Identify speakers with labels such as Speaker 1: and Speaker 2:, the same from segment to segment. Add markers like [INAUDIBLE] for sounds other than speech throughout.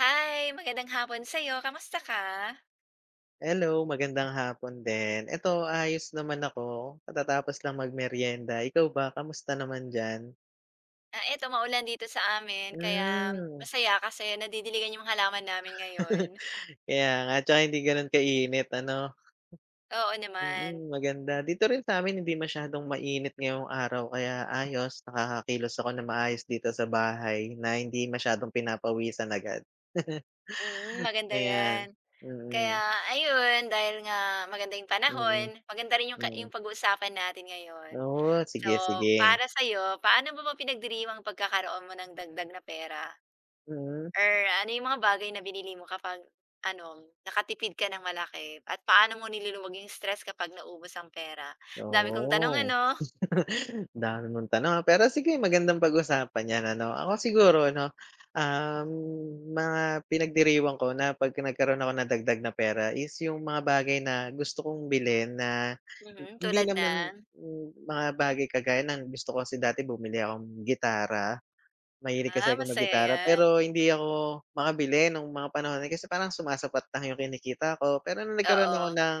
Speaker 1: Hi, magandang hapon sa iyo. Kamusta ka?
Speaker 2: Hello, magandang hapon din. Eto ayos naman ako, katatapos lang magmeryenda. Ikaw ba, kamusta naman diyan?
Speaker 1: Eto maulan dito sa amin kaya
Speaker 2: Hmm,
Speaker 1: masaya kasi nadidiligan yung halaman namin ngayon.
Speaker 2: [LAUGHS] kaya nga, tsaka hindi gano'n kainit ano?
Speaker 1: Oo naman.
Speaker 2: Mm, maganda. Dito rin sa'min hindi masyadong mainit ngayong araw kaya ayos, nakakakilos ako na maayos dito sa bahay na hindi masyadong pinapawisan agad. [LAUGHS]
Speaker 1: Maganda
Speaker 2: Ayan,
Speaker 1: 'yan. Kaya
Speaker 2: mm,
Speaker 1: ayun, dahil nga maganda yung
Speaker 2: mm,
Speaker 1: panahon, maganda rin yung ka
Speaker 2: mm.
Speaker 1: yung pag-uusapan natin ngayon.
Speaker 2: Oo,
Speaker 1: So,
Speaker 2: sige, sige.
Speaker 1: para sa iyo, paano mo ba pinagdiriwang pagkakaroon mo ng dagdag na pera?
Speaker 2: Mm,
Speaker 1: Or ano yung mga bagay na binili mo kapag nakatipid ka ng malaki at paano mo nililuwag yung stress kapag naubos ang pera? Dami kong tanong
Speaker 2: oo.
Speaker 1: ano,
Speaker 2: [LAUGHS] Dami mong tanong, ah, pero sige magandang pag-usapan 'yan ano. Ako siguro no, um, mga pinagdiriwang ko na 'pag nagkaroon ako ng dagdag na pera is yung mga bagay na gusto kong bilhin na
Speaker 1: mhm,
Speaker 2: hindi
Speaker 1: tulad na.
Speaker 2: naman, hmm, mga bagay kagaya ng gusto ko kasi dati bumili akong gitara. Mahilig kasi
Speaker 1: Ah,
Speaker 2: ako
Speaker 1: masaya
Speaker 2: maggitara,
Speaker 1: 'yan.
Speaker 2: pero hindi ako makabili nung mga panahon na yun kasi parang sumasapat lang yung kinikita ko. Pero nung nagkaroon ako
Speaker 1: Oo,
Speaker 2: ng,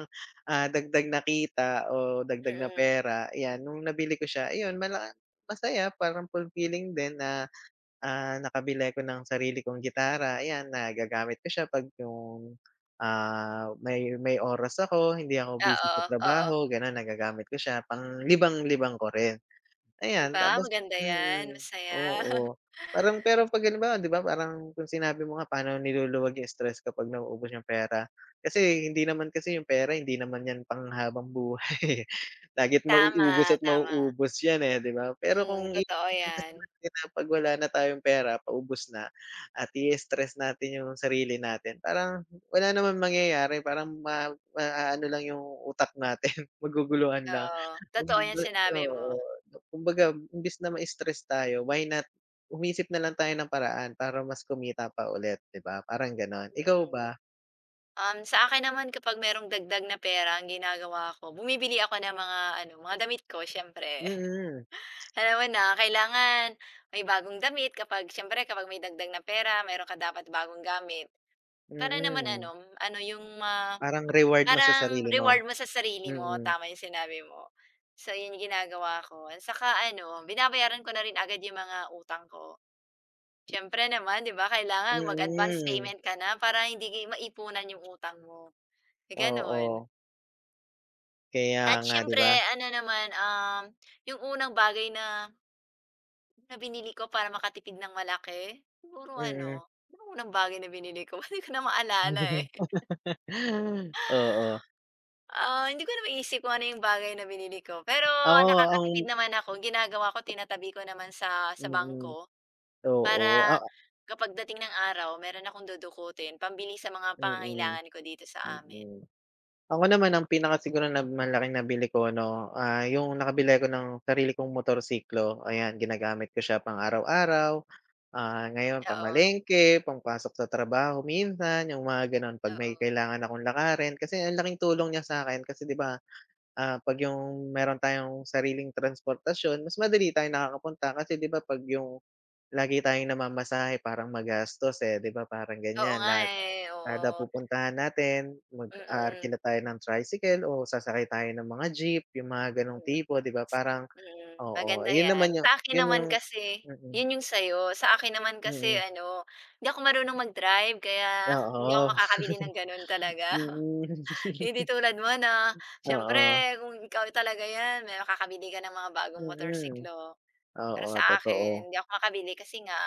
Speaker 2: ah, dagdag na kita o dagdag na
Speaker 1: mm.
Speaker 2: pera, ayan, nung nabili ko siya, ayun mala masaya parang fulfilling din na, ah, nakabili ako ng sarili kong gitara. Ayan, nagagamit ko siya 'pag yung, ah, may oras ako, hindi ako
Speaker 1: Oo,
Speaker 2: busy sa
Speaker 1: oo.
Speaker 2: trabaho, gano'n, nagagamit ko siya, panglibang-libang ko rin.
Speaker 1: 'Di
Speaker 2: Ayan,
Speaker 1: ba
Speaker 2: tapos
Speaker 1: maganda 'yan,
Speaker 2: mm,
Speaker 1: masaya. [LAUGHS]
Speaker 2: oo. Parang pero 'pag halimbawa 'di ba parang kung sinabi mo nga paano niluluwag yung stress kapag nauubos yung pera. Kasi hindi naman kasi yung pera hindi naman 'yan panghabang buhay, [LAUGHS] eh. Lagit
Speaker 1: Tama,
Speaker 2: mauubos at
Speaker 1: tama.
Speaker 2: mauubos 'yan, eh, 'di ba? Pero kung
Speaker 1: Totoo
Speaker 2: iisipin kasi
Speaker 1: 'yan.
Speaker 2: natin na 'pag wala na tayong pera, paubos na at i-stress natin yung sarili natin, parang wala naman mangyayari, parang maaano lang yung utak natin, [LAUGHS] maguguluhan lang.
Speaker 1: Oo, totoo 'yang sinabi mo.
Speaker 2: Oo, kumbaga imbes na ma-stress tayo why not umisip na lang tayo ng paraan para mas kumita pa ulit, 'di ba? Parang gano'n. Ikaw
Speaker 1: Mm.
Speaker 2: ba?
Speaker 1: Sa akin naman kapag merong dagdag na pera ang ginagawa ko, bumibili ako ng mga mga damit ko siyempre.
Speaker 2: Mm,
Speaker 1: Alam mo na, kailangan may bagong damit kapag siyempre kapag may dagdag na pera, meron ka dapat bagong gamit. Para naman
Speaker 2: mm.
Speaker 1: ano, ano yung ma
Speaker 2: Parang reward mo sa
Speaker 1: parang
Speaker 2: sarili mo.
Speaker 1: reward mo sa sarili mo,
Speaker 2: Mm,
Speaker 1: tama yung sinabi mo. So, yun yung ginagawa ko. At saka ano, binabayaran ko na rin agad yung mga utang ko. Siyempre naman, di ba, kailangan mag-advance
Speaker 2: mm.
Speaker 1: payment ka na para hindi maipunan yung utang mo. Ganun.
Speaker 2: Oo, kaya
Speaker 1: At
Speaker 2: nga, 'di
Speaker 1: siyempre,
Speaker 2: ba?
Speaker 1: ano naman, yung unang bagay na na binili ko para makatipid ng malaki? Siguro ano,
Speaker 2: Mm.
Speaker 1: ano ang unang bagay na binili ko? [LAUGHS] Hindi ko na maalala, eh.
Speaker 2: [LAUGHS] Oo,
Speaker 1: Ah, hindi ko na maisip kung ano yung bagay na binili ko. Pero
Speaker 2: ako ang
Speaker 1: nakakatipid naman ako, ginagawa ko tinatabi ko naman sa
Speaker 2: mm,
Speaker 1: bangko. Para
Speaker 2: oo, ah,
Speaker 1: kapag dating ng araw meron akong dudukutin pambili sa mga
Speaker 2: mm,
Speaker 1: pangangailangan ko dito sa amin.
Speaker 2: mm. Ako naman ang pinaka siguro na malaking nabili ko ano, ah, yung nakabili ako ng sarili kong motorsiklo, ayan ginagamit ko siya pang araw-araw, ah, ngayon
Speaker 1: Oo,
Speaker 2: pamalengke, pangpasok sa trabaho minsan, yung mga gano'n 'pag may
Speaker 1: oo.
Speaker 2: kailangan akong lakarin. Kasi ang laking tulong niya sa akin, kasi 'di ba, ah, 'pag yung meron tayong sariling transportasyon mas madali tayong nakakapunta kasi 'di ba 'pag yung lagi tayong namamasahe parang magastos, eh, 'di ba parang
Speaker 1: Oo
Speaker 2: ganyan
Speaker 1: nga,
Speaker 2: lahat.
Speaker 1: eh,
Speaker 2: Kada
Speaker 1: oo.
Speaker 2: pupuntahan natin
Speaker 1: Mm,
Speaker 2: mag-aarkila tayo ng tricycle o sasakay tayo ng mga jeep, yung mga gano'ng
Speaker 1: mm.
Speaker 2: tipo, 'di ba? Parang
Speaker 1: Mm,
Speaker 2: oo,
Speaker 1: maganda
Speaker 2: yun naman
Speaker 1: 'yan.
Speaker 2: yung
Speaker 1: Sa akin
Speaker 2: yun
Speaker 1: naman
Speaker 2: yung
Speaker 1: kasi
Speaker 2: mm,
Speaker 1: 'yun yung sa'yo, sa akin naman kasi
Speaker 2: mm,
Speaker 1: ano, hindi ako marunong mag-drive kaya hindi ako
Speaker 2: oo.
Speaker 1: makakabili ng
Speaker 2: [LAUGHS]
Speaker 1: gano'n talaga. [LAUGHS]
Speaker 2: Mm.
Speaker 1: Hindi
Speaker 2: [LAUGHS]
Speaker 1: tulad mo na
Speaker 2: Oo,
Speaker 1: siyempre kung ikaw talaga 'yan, may makakabili ka ng mga bagong
Speaker 2: mm.
Speaker 1: motorsiklo. Pero
Speaker 2: Oo,
Speaker 1: sa akin,
Speaker 2: totoo,
Speaker 1: hindi ako makabili kasi nga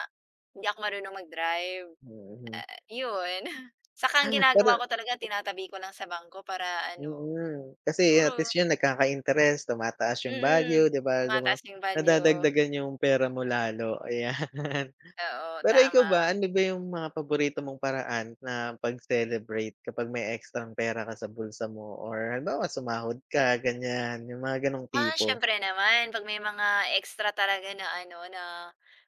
Speaker 1: hindi ako marunong mag-drive,
Speaker 2: mm.
Speaker 1: ah, 'yun. [LAUGHS] Saka ang
Speaker 2: [LAUGHS]
Speaker 1: ginagawa
Speaker 2: Pero
Speaker 1: ko talaga tinatabi ko lang sa bangko para ano,
Speaker 2: mm, kasi at
Speaker 1: siguro
Speaker 2: least yun nagkaka-interest, tumataas yung
Speaker 1: mm,
Speaker 2: value, 'di ba? Duma
Speaker 1: tumataas yung value.
Speaker 2: nadadagdagan yung pera mo lalo, ayan. [LAUGHS]
Speaker 1: Oo,
Speaker 2: Pero ikaw ba,
Speaker 1: tama.
Speaker 2: ano ba yung mga paborito mong paraan na pag-celebrate kapag may ekstrang pera ka sa bulsa mo or halimbawa sumahod ka ganyan, yung mga ganong
Speaker 1: Ah,
Speaker 2: tipo?
Speaker 1: siyempre naman 'pag may mga extra talaga na ano, na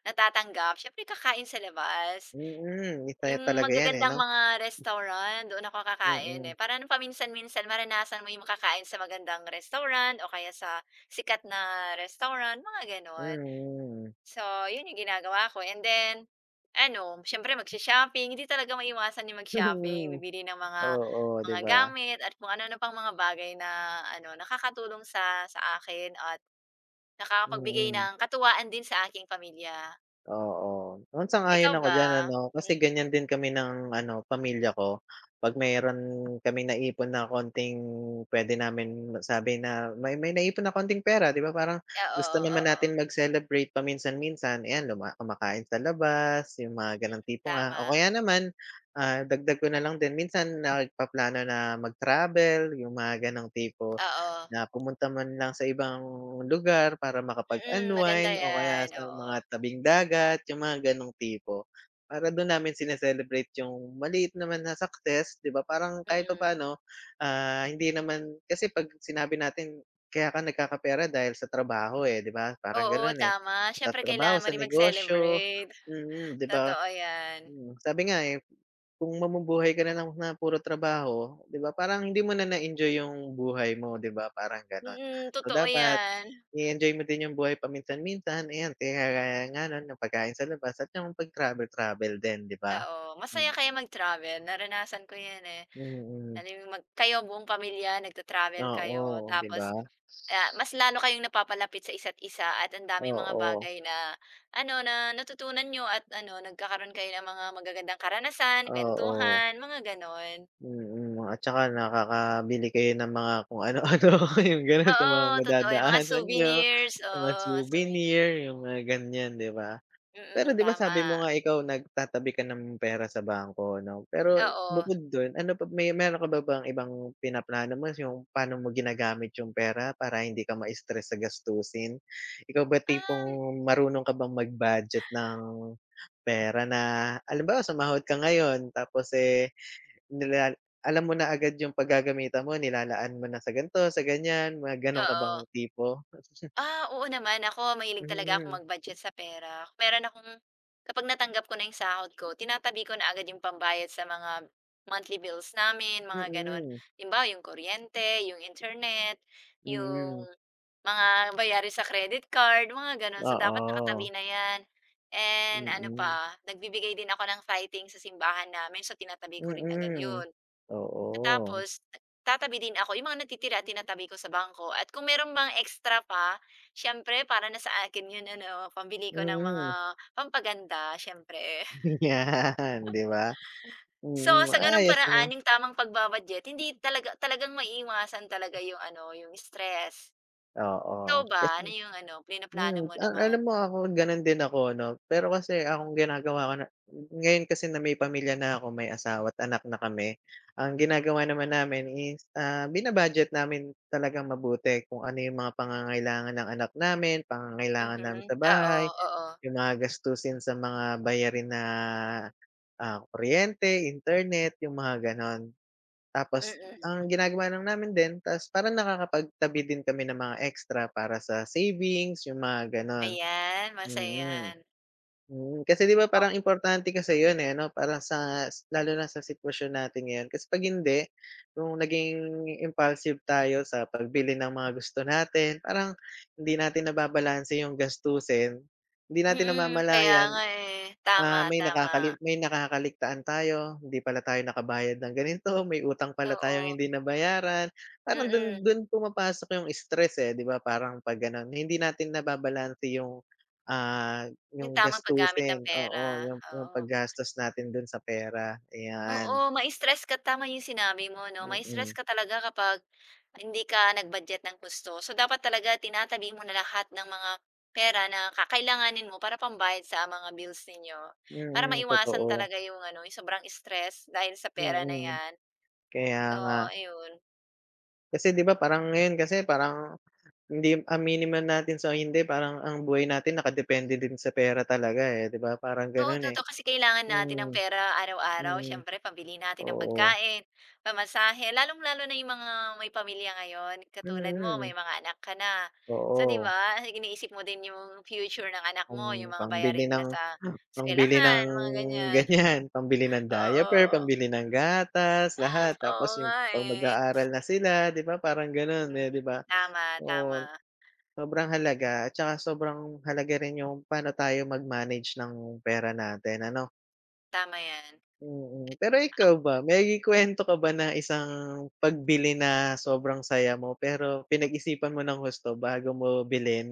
Speaker 1: natatanggap siyempre kakain sa labas.
Speaker 2: Mm, isa
Speaker 1: Yung
Speaker 2: talaga yan, eh,
Speaker 1: magagandang
Speaker 2: 'no?
Speaker 1: mga restaurant, doon ako kakain, eh.
Speaker 2: Mm,
Speaker 1: Para nang paminsan-minsan maranasan mo yung makakain sa magandang restaurant o kaya sa sikat na restaurant, mga gano'n.
Speaker 2: mm.
Speaker 1: So, yun yung ginagawa ko and then ano, siyempre magsho-shopping, hindi talaga maiwasan yung mag-shopping,
Speaker 2: [LAUGHS]
Speaker 1: bibili ng mga
Speaker 2: Oo, 'di
Speaker 1: mga
Speaker 2: ba?
Speaker 1: gamit at kung ano-ano pang mga bagay na ano, nakakatulong sa akin at nakakapagbigay
Speaker 2: Mm.
Speaker 1: ng katuwaan din sa aking pamilya.
Speaker 2: Oo, hmm,
Speaker 1: Ikaw
Speaker 2: sang-ayon ako
Speaker 1: ba?
Speaker 2: diyan ano,
Speaker 1: Mm,
Speaker 2: kasi ganyan din kami ng ano pamilya ko. 'Pag meron kaming naipon na konting puwede namin masabi na may naipon na konting pera 'di ba parang
Speaker 1: oo,
Speaker 2: gusto naman
Speaker 1: oo.
Speaker 2: natin mag-celebrate paminsan-minsan, ayan luma kumakain sa labas, yung mga
Speaker 1: Mm,
Speaker 2: gano'ng tipo nga
Speaker 1: tama.
Speaker 2: o kaya naman, ah, dagdag ko na lang din minsan nagpaplano na mag-travel, yung mga gano'ng tipo.
Speaker 1: Oo.
Speaker 2: Na pumunta man lang sa ibang lugar para
Speaker 1: Mm, maganda
Speaker 2: makapag-unwind o kaya
Speaker 1: 'yan,
Speaker 2: sa
Speaker 1: oo.
Speaker 2: mga tabing dagat, yung mga ganong tipo. Para dun namin sine yung maliit naman na success, 'di ba, parang kahit
Speaker 1: Mm.
Speaker 2: papaano, ah, hindi naman kasi 'pag sinabi natin kaya ka nagkakapera dahil sa trabaho, eh, 'di ba, parang
Speaker 1: Oo,
Speaker 2: ganon eh.
Speaker 1: tama.
Speaker 2: Sa
Speaker 1: Siyempre
Speaker 2: trabaho,
Speaker 1: kailangan mo
Speaker 2: sa
Speaker 1: rin
Speaker 2: negosyo,
Speaker 1: mag-celebrate.
Speaker 2: mm, mm, 'di ba?
Speaker 1: Totoo 'yan.
Speaker 2: Mm, sabi nga, eh, kung mamumuhay ka na ng na puro trabaho, 'di ba, parang hindi mo na na-enjoy yung buhay mo, 'di ba, parang gano'n. So,
Speaker 1: Totoo
Speaker 2: dapat
Speaker 1: 'yan.
Speaker 2: i-enjoy mo din yung buhay paminsan-minsan, ayan, kagaya nga no'n ng pagkain sa labas at yung pag-travel-travel din, 'di ba?
Speaker 1: Oo, masaya kayo
Speaker 2: Mm.
Speaker 1: mag-travel naranasan ko 'yan, eh.
Speaker 2: Mm. mm, mm,
Speaker 1: Ano yung mag kayo buong pamilya nagta-travel
Speaker 2: oo,
Speaker 1: kayo
Speaker 2: 'di
Speaker 1: tapos,
Speaker 2: ba?
Speaker 1: ah, mas lalo kayong napapalapit sa isa't isa at ang daming mga
Speaker 2: Oo,
Speaker 1: bagay na ano, na natutunan niyo at ano, nagkakaroon kayo ng mga magagandang karanasan,
Speaker 2: oo.
Speaker 1: kuwentuhan, mga gano'n.
Speaker 2: Mm, at saka nakakabili kayo ng mga kung ano-ano, [LAUGHS] yung gano'n sa
Speaker 1: Oo,
Speaker 2: mga
Speaker 1: totoo yung mga
Speaker 2: madadaanan nyo,
Speaker 1: souvenirs,
Speaker 2: mga
Speaker 1: oo, souvenir.
Speaker 2: souvenir, yung mga ganyan, 'di ba? Pero
Speaker 1: Mm,
Speaker 2: 'di ba sabi mo
Speaker 1: tama,
Speaker 2: nga ikaw nagtatabi ka ng pera sa bangko 'no? Pero
Speaker 1: oo.
Speaker 2: bukod dun, ano pa may meron ka ba bang ibang pinaplano mo yung paano mo ginagamit yung pera para hindi ka ma-stress sa gastusin? Ikaw ba
Speaker 1: Um,
Speaker 2: tipong marunong ka bang mag-budget ng pera na halimbawa sumahod ka ngayon tapos, eh, Nilala alam mo na agad yung paggagamitan mo, nilalaan mo na sa ganito, sa ganyan, mga gano'n ka bang
Speaker 1: oo.
Speaker 2: tipo?
Speaker 1: Ah, oo naman. Ako mahilig talaga ako
Speaker 2: Mm,
Speaker 1: mag-budget sa pera. Meron akong kapag natanggap ko na yung sahod ko, tinatabi ko na agad yung pambayad sa mga monthly bills namin, mga ganun.
Speaker 2: mm,
Speaker 1: Halimbawa, yung kuryente, yung internet, yung
Speaker 2: mm,
Speaker 1: mga bayari sa credit card, mga ganun. So, dapat nakatabi
Speaker 2: oo,
Speaker 1: na yan. And ano
Speaker 2: mm,
Speaker 1: pa, nagbibigay din ako ng fighting sa simbahan namin, so tinatabi ko rin agad
Speaker 2: mm,
Speaker 1: yun.
Speaker 2: oo,
Speaker 1: Tapos tatabi din ako, yung mga natitira tinatabi ko sa bangko at kung meron bang extra pa, siyempre para na sa akin yun ano, pambili ko ng mga
Speaker 2: mm,
Speaker 1: pampaganda siyempre. [LAUGHS]
Speaker 2: [LAUGHS] yan, 'di ba?
Speaker 1: So,
Speaker 2: Mm,
Speaker 1: sa gano'ng
Speaker 2: ayos
Speaker 1: paraan
Speaker 2: ano,
Speaker 1: yung tamang pagba hindi talaga talagang maiiwasan talaga yung ano, yung stress. Ikaw
Speaker 2: oo.
Speaker 1: ba, ano
Speaker 2: Kasi
Speaker 1: yung ano, plinaplano
Speaker 2: hmm,
Speaker 1: mo naman?
Speaker 2: alam mo ako gano'n din ako 'no, pero kasi akong ginagawa ko na ngayon kasi na may pamilya na ako, may asawa at anak na kami, ang ginagawa naman namin is, ah, bina-budget namin talagang mabuti kung ano yung mga pangangailangan ng anak namin, pangangailangan namin
Speaker 1: Mhm,
Speaker 2: sa bahay,
Speaker 1: oo, oo.
Speaker 2: yung mga gastusin sa mga bayarin na, ah, kuryente, internet, yung mga gano'n.
Speaker 1: Mm,
Speaker 2: Tapos
Speaker 1: mm.
Speaker 2: ang ginagawa lang namin din ta's parang nakakapagtabi din kami ng mga extra para sa savings, yung mga gano'n.
Speaker 1: Ayan,
Speaker 2: Mm,
Speaker 1: masayan yan.
Speaker 2: mm. Kasi 'di ba parang
Speaker 1: O
Speaker 2: importante kasi yun, eh, ano, parang sa lalo na sa sitwasyon natin ngayon kasi 'pag hindi, kung naging impulsive tayo sa pagbili ng mga gusto natin, parang hindi natin nababalanse yung gastusin, hindi natin
Speaker 1: mm, kaya
Speaker 2: namamalayan.
Speaker 1: nga eh. Tama,
Speaker 2: Ah,
Speaker 1: tama.
Speaker 2: may nakakaligtaan tayo, hindi pala tayo nakabayad ng ganito, may utang pala tayong
Speaker 1: Oo,
Speaker 2: hindi nabayaran. Parang
Speaker 1: mm.
Speaker 2: dun dun pumapasok yung stress, eh, 'di ba? Parang 'pag gano'n, hindi natin nababalanse yung, ah,
Speaker 1: Yung
Speaker 2: yung
Speaker 1: tamang paggamit ng
Speaker 2: gastusin,
Speaker 1: pera,
Speaker 2: oo, yung
Speaker 1: oo.
Speaker 2: paggastos natin dun sa pera, ayan.
Speaker 1: Oo, ma-stress ka, tama yung sinabi mo 'no, ma-stress
Speaker 2: Mm,
Speaker 1: ka talaga kapag hindi ka nag-budget ng husto. So, dapat talaga tinatabi mo na lahat ng mga pera na kakailanganin mo para pambayad sa mga bills ninyo, para
Speaker 2: mm,
Speaker 1: maiwasan
Speaker 2: totoo.
Speaker 1: talaga yung ano, yung sobrang stress dahil sa pera na
Speaker 2: Mm,
Speaker 1: 'yan.
Speaker 2: kaya
Speaker 1: So,
Speaker 2: nga.
Speaker 1: ayun.
Speaker 2: Kasi 'di ba parang ngayon kasi parang hindi aminin man natin sa o hindi parang ang buhay natin nakadepende din sa pera talaga, eh, 'di ba parang
Speaker 1: Oo,
Speaker 2: gano'n, eh.
Speaker 1: totoo kasi kailangan natin ng
Speaker 2: Hmm,
Speaker 1: pera araw-araw
Speaker 2: hmm
Speaker 1: siyempre pambili natin ng
Speaker 2: oo.
Speaker 1: pagkain, pamasahe, lalong-lalo na yung mga may pamilya ngayon katulad mo may
Speaker 2: Mm,
Speaker 1: mga anak ka na. So, 'di
Speaker 2: oo.
Speaker 1: ba iniisip mo din yung future ng anak
Speaker 2: Pang
Speaker 1: mo, yung mga
Speaker 2: pangbili
Speaker 1: bayarin nila
Speaker 2: ng
Speaker 1: sa
Speaker 2: pangbili ng
Speaker 1: eskuwelahan, mga ganyan.
Speaker 2: ganyan, [LAUGHS] pambili ng
Speaker 1: [LAUGHS] Oo,
Speaker 2: diaper, pambili ng gatas, lahat
Speaker 1: oo
Speaker 2: tapos yung
Speaker 1: nga
Speaker 2: 'pag
Speaker 1: eh.
Speaker 2: mag-aaral na sila 'di ba parang gano'n, eh,
Speaker 1: Mm,
Speaker 2: 'di ba?
Speaker 1: tama,
Speaker 2: Oo, sobrang halaga at saka sobrang halaga rin yung paano tayo mag-manage ng pera natin ano?
Speaker 1: tama 'yan.
Speaker 2: Oo, pero ikaw ba, may kuwento ka ba na isang pagbili na sobrang saya mo pero pinag-isipan mo ng husto bago mo bilhin?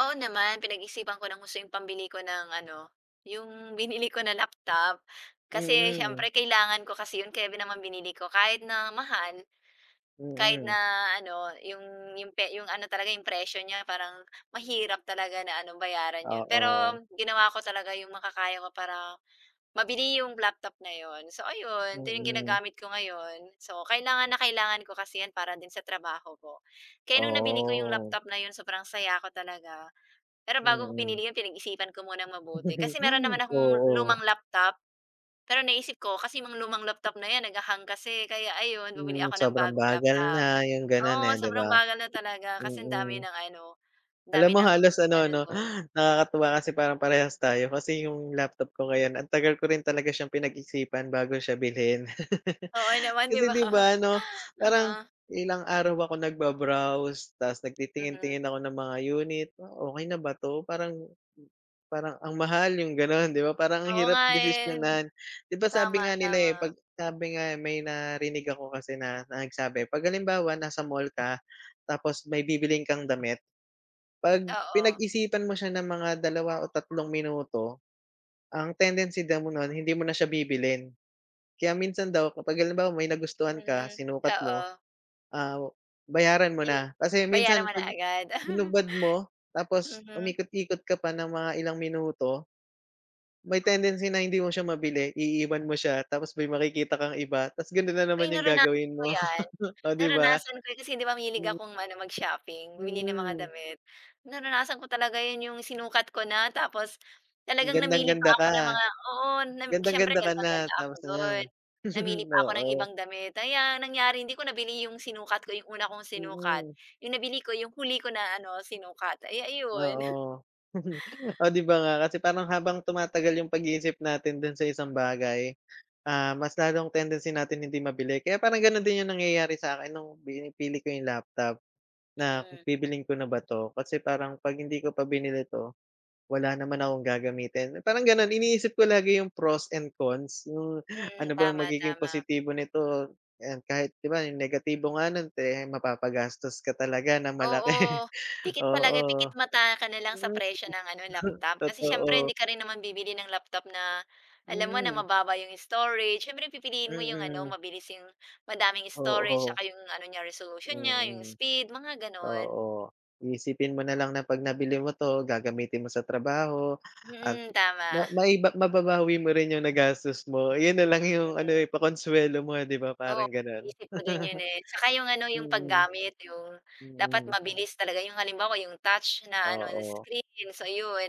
Speaker 1: Oo naman, pinag-isipan ko ng gusto yung pambili ko ng ano, yung [LAUGHS] binili ko na laptop. Kasi siyempre
Speaker 2: Mm,
Speaker 1: kailangan ko kasi yun kaya naman binili ko kahit na mahal, kahit
Speaker 2: mm.
Speaker 1: na ano, yung ano talaga yung presyo niya parang mahirap talaga na ano bayaran yun. Pero
Speaker 2: Oo,
Speaker 1: ginawa ko talaga yung makakaya ko para mabili yung laptop na yun. So ayun, ito yung
Speaker 2: mm.
Speaker 1: ginagamit ko ngayon. So kailangan na kailangan ko kasi yan para din sa trabaho ko. Kaya nung nabili ko yung
Speaker 2: Oh,
Speaker 1: laptop na yun, sobrang saya ko talaga pero bago ko
Speaker 2: mm.
Speaker 1: pinili yun pinag-isipan ko munang mabuti. Kasi meron
Speaker 2: [LAUGHS]
Speaker 1: naman akong
Speaker 2: Oo,
Speaker 1: lumang laptop, pero naisip ko kasi yung lumang laptop na yan nag-ha-hang kasi kaya ayun bumili
Speaker 2: hmm,
Speaker 1: ako ng
Speaker 2: sobrang
Speaker 1: bagong
Speaker 2: bagal
Speaker 1: laptop.
Speaker 2: na yung gano'n,
Speaker 1: Oo,
Speaker 2: eh, 'di
Speaker 1: sobrang
Speaker 2: ba?
Speaker 1: bagal na talaga kasi ang dami
Speaker 2: Mm.
Speaker 1: ng ano, ang dami
Speaker 2: Alam mo
Speaker 1: ng
Speaker 2: halos ano
Speaker 1: ano
Speaker 2: 'no,
Speaker 1: dun.
Speaker 2: [GASPS] nakakatuwa kasi parang parehas tayo kasi yung laptop ko ngayon ang tagal ko rin talaga siyang pinag-isipan bago siya bilhin.
Speaker 1: Oo naman 'di
Speaker 2: Kasi
Speaker 1: ba?
Speaker 2: 'di
Speaker 1: [LAUGHS]
Speaker 2: ba ano, parang
Speaker 1: Uh-huh,
Speaker 2: ilang araw ako nagba-browse ta's
Speaker 1: mhm.
Speaker 2: nagtitingin-tingin ako ng mga unit, "Ah, okey na ba 'to?" Parang parang ang mahal yung gano'n 'di ba, parang ang
Speaker 1: Oo
Speaker 2: hirap
Speaker 1: nga eh,
Speaker 2: desisyonan. 'Di ba
Speaker 1: tama,
Speaker 2: sabi nga nila,
Speaker 1: tama.
Speaker 2: eh, 'pag sabi nga eh, may narinig ako kasi na na nagsabi, 'pag halimbawa nasa mall ka tapos may bibilhin kang damit, 'pag
Speaker 1: Oo,
Speaker 2: pinag-isipan mo siya ng mga dalawa o tatlong minuto, ang tendency daw mo nun hindi mo na siya bibilhin. Kaya minsan daw kapag halimbawa may nagustuhan ka,
Speaker 1: mhm,
Speaker 2: sinukat
Speaker 1: oo.
Speaker 2: mo. Ah, bayaran mo
Speaker 1: Bi
Speaker 2: na. Kasi
Speaker 1: bayaran
Speaker 2: minsan
Speaker 1: mo na
Speaker 2: 'pag
Speaker 1: agad. [LAUGHS]
Speaker 2: hinubad mo tapos
Speaker 1: Mhm.
Speaker 2: umikot-ikot ka pa ng mga ilang minuto, may tendency na hindi mo siya mabili, iiwan mo siya tapos may makikita kang iba tapos gano'n na
Speaker 1: Uy,
Speaker 2: naman yung
Speaker 1: naranasan
Speaker 2: gagawin
Speaker 1: ko
Speaker 2: mo,
Speaker 1: yan.
Speaker 2: [LAUGHS] oh, 'di ba?
Speaker 1: Naranasan ko 'yun kasi hindi ba mahilig
Speaker 2: Mm,
Speaker 1: akong ano mag-shopping, bumili ng mga
Speaker 2: mm.
Speaker 1: damit. Naranasan ko talaga 'yun, yung sinukat ko na tapos talagang namili pa
Speaker 2: Gandang-ganda
Speaker 1: ako
Speaker 2: ka,
Speaker 1: ng mga oo, nam siyempre
Speaker 2: gandang-ganda ka na
Speaker 1: gandang-ganda ako
Speaker 2: tapos ayan.
Speaker 1: don. Namili
Speaker 2: [LAUGHS]
Speaker 1: pa ako ng
Speaker 2: Oo,
Speaker 1: ibang damit. Kaya ang nangyari hindi ko nabili yung sinukat ko, yung una kong sinukat.
Speaker 2: mm,
Speaker 1: Yung nabili ko yung huli ko na ano sinukat. Kaya ayun.
Speaker 2: oo.
Speaker 1: [LAUGHS]
Speaker 2: [LAUGHS] Oh, 'di ba nga? Kasi parang habang tumatagal yung pag-iisip natin do'n sa isang bagay, ah, mas lalong tendency natin hindi mabili kaya parang gano'n din yung nangyayari sa'kin nung pinipili ko yung laptop na kung
Speaker 1: Mm,
Speaker 2: bibilhin ko na ba 'to kasi parang 'pag hindi ko pa binili 'to wala naman akong gagamitin, parang gano'n iniisip ko lagi yung pros and cons yung ano
Speaker 1: mm,
Speaker 2: bang
Speaker 1: tama,
Speaker 2: magiging
Speaker 1: tama.
Speaker 2: positibo nito and kahit 'di ba yung negatibo nga nun eh, mapapagastos ka talaga ng malaki,
Speaker 1: Oo,
Speaker 2: [LAUGHS]
Speaker 1: pikit talaga,
Speaker 2: oo.
Speaker 1: pikit mata ka na lang sa
Speaker 2: Mm,
Speaker 1: presyo ng ano,
Speaker 2: [LAUGHS]
Speaker 1: laptop. Kasi siyempre hindi
Speaker 2: totoo,
Speaker 1: ka rin naman bibili ng laptop na alam mo na
Speaker 2: hmm,
Speaker 1: mababa yung storage. Siyempre pipiliin mo yung
Speaker 2: mm,
Speaker 1: ano,
Speaker 2: mm.
Speaker 1: mabilis yung madaming storage, saka
Speaker 2: oo,
Speaker 1: yung ano niya, resolution
Speaker 2: mm.
Speaker 1: niya, yung
Speaker 2: mm.
Speaker 1: speed, mga gano'n.
Speaker 2: Oo, iisipin mo na lang na 'pag nabili mo 'to gagamitin mo sa trabaho at
Speaker 1: Mm, tama.
Speaker 2: ma maiba mababawi mo rin yung nagastos mo, yun na lang yung ano,
Speaker 1: Mm.
Speaker 2: eh, pakonsuwelo mo, 'di ba,
Speaker 1: Oo,
Speaker 2: parang gano'n.
Speaker 1: iniisip ko din yun, eh. Saka yung ano, yung
Speaker 2: Mm,
Speaker 1: paggamit, yung dapat
Speaker 2: mm,
Speaker 1: mabilis talaga yung halimbawa yung touch na ano,
Speaker 2: [LAUGHS]
Speaker 1: na
Speaker 2: oo,
Speaker 1: screen, so yun.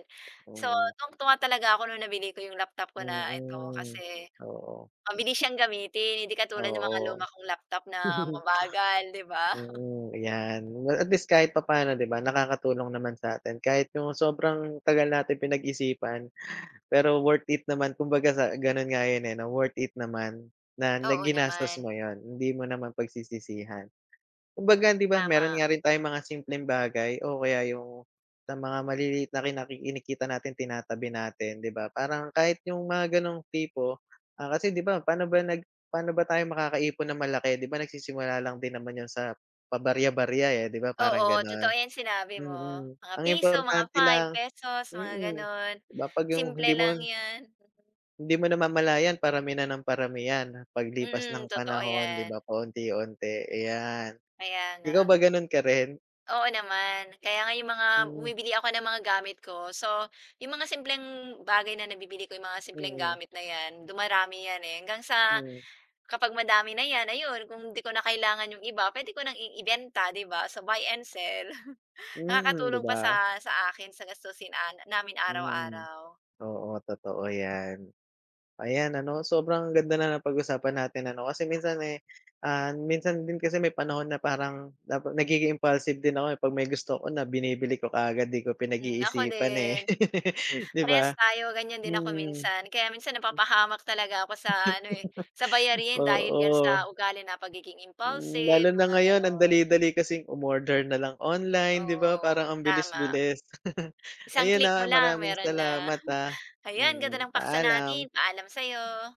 Speaker 1: So,
Speaker 2: mm,
Speaker 1: tuwang-tuwa talaga ako nung nabili ko yung laptop ko na ito
Speaker 2: mm,
Speaker 1: kasi
Speaker 2: oo,
Speaker 1: mabilis siyang gamitin, hindi katulad ng mga
Speaker 2: oo.
Speaker 1: luma kong laptop na
Speaker 2: [LAUGHS]
Speaker 1: mabagal, 'di ba?
Speaker 2: Mm, 'yan. Well, at least kahit papaano, 'di ba, nakakatulong naman sa'tin kahit yung sobrang tagal natin pinag-isipan. Pero worth it naman kumbaga sa gano'n nga 'yun, eh, 'no, worth it naman na na
Speaker 1: Oo
Speaker 2: ginastos
Speaker 1: naman,
Speaker 2: mo 'yun, hindi mo naman pagsisisihan. Kumbaga 'di ba meron
Speaker 1: tama.
Speaker 2: nga rin tayong mga simpleng bagay o kaya yung sa mga maliliit na kinikita natin tinatabi natin 'di ba, parang kahit yung mga gano'ng tipo, ah, kasi 'di ba paano ba tayo makakaipon ng malaki 'di ba nagsisimula lang din naman 'yun sa pabarya-barya, eh, 'di ba parang
Speaker 1: Oo,
Speaker 2: gano'n.
Speaker 1: totoo yan sinabi
Speaker 2: Mm,
Speaker 1: mo.
Speaker 2: mm.
Speaker 1: Mga
Speaker 2: ang
Speaker 1: piso, mga
Speaker 2: importante
Speaker 1: five
Speaker 2: lang
Speaker 1: pesos mga
Speaker 2: mm,
Speaker 1: gano'n.
Speaker 2: 'di ba 'pag yung
Speaker 1: Simple
Speaker 2: hindi mo
Speaker 1: lang yan.
Speaker 2: hindi mo namamalayan parami na ng parami 'yan paglipas ng
Speaker 1: Mm, totoo
Speaker 2: panahon 'di
Speaker 1: yan.
Speaker 2: ba, paunti-unti, ayan.
Speaker 1: Kaya nga.
Speaker 2: Ikaw ba gano'n ka rin?
Speaker 1: Oo naman. Kaya nga yung mga
Speaker 2: Hmm,
Speaker 1: bumibili ako ng mga gamit ko. So, yung mga simpleng bagay na nabibili ko, yung mga simpleng
Speaker 2: mm,
Speaker 1: gamit na yan, dumarami yan eh. Hanggang sa
Speaker 2: hmm,
Speaker 1: kapag madami na yan, ayun, kung hindi ko na kailangan yung iba, pwede ko nang ibenta, di ba? So, buy and sell. [LAUGHS]
Speaker 2: mm, 'di
Speaker 1: Nakakatulong pa
Speaker 2: ba?
Speaker 1: sa akin, sa namin
Speaker 2: Mm,
Speaker 1: araw-araw.
Speaker 2: oo totoo 'yan. Ayan ano, sobrang ganda na napag-usapan natin ano, kasi minsan, eh, ah, minsan din kasi may panahon na parang nagiging impulsive din ako, eh, 'pag may gusto ko na binibili ko kaagad 'di ko
Speaker 1: Mm, ako
Speaker 2: pinag-iisipan, eh,
Speaker 1: din.
Speaker 2: [LAUGHS] 'di ba?
Speaker 1: Parehas tayo, ganyan din ako
Speaker 2: Mm,
Speaker 1: minsan. Kaya minsan napapahamak talaga ako sa, ano eh, sa bayarin dahil yan
Speaker 2: oo.
Speaker 1: sa ugali na pagiging
Speaker 2: Hmm, lalo
Speaker 1: impulsive,
Speaker 2: na
Speaker 1: mga
Speaker 2: ngayon ang
Speaker 1: ganon.
Speaker 2: dali-dali kasing umorder na lang online, 'di ba, parang
Speaker 1: Oo,
Speaker 2: ang
Speaker 1: tama.
Speaker 2: bilis-bilis. [LAUGHS]
Speaker 1: Isang
Speaker 2: Ayun,
Speaker 1: click mo
Speaker 2: ah,
Speaker 1: lang
Speaker 2: maraming
Speaker 1: meron na,
Speaker 2: salamat, ah.
Speaker 1: [LAUGHS] "Ayan, ganda
Speaker 2: Mm,
Speaker 1: ng paksa natin,
Speaker 2: paalam.
Speaker 1: paalam sa'yo."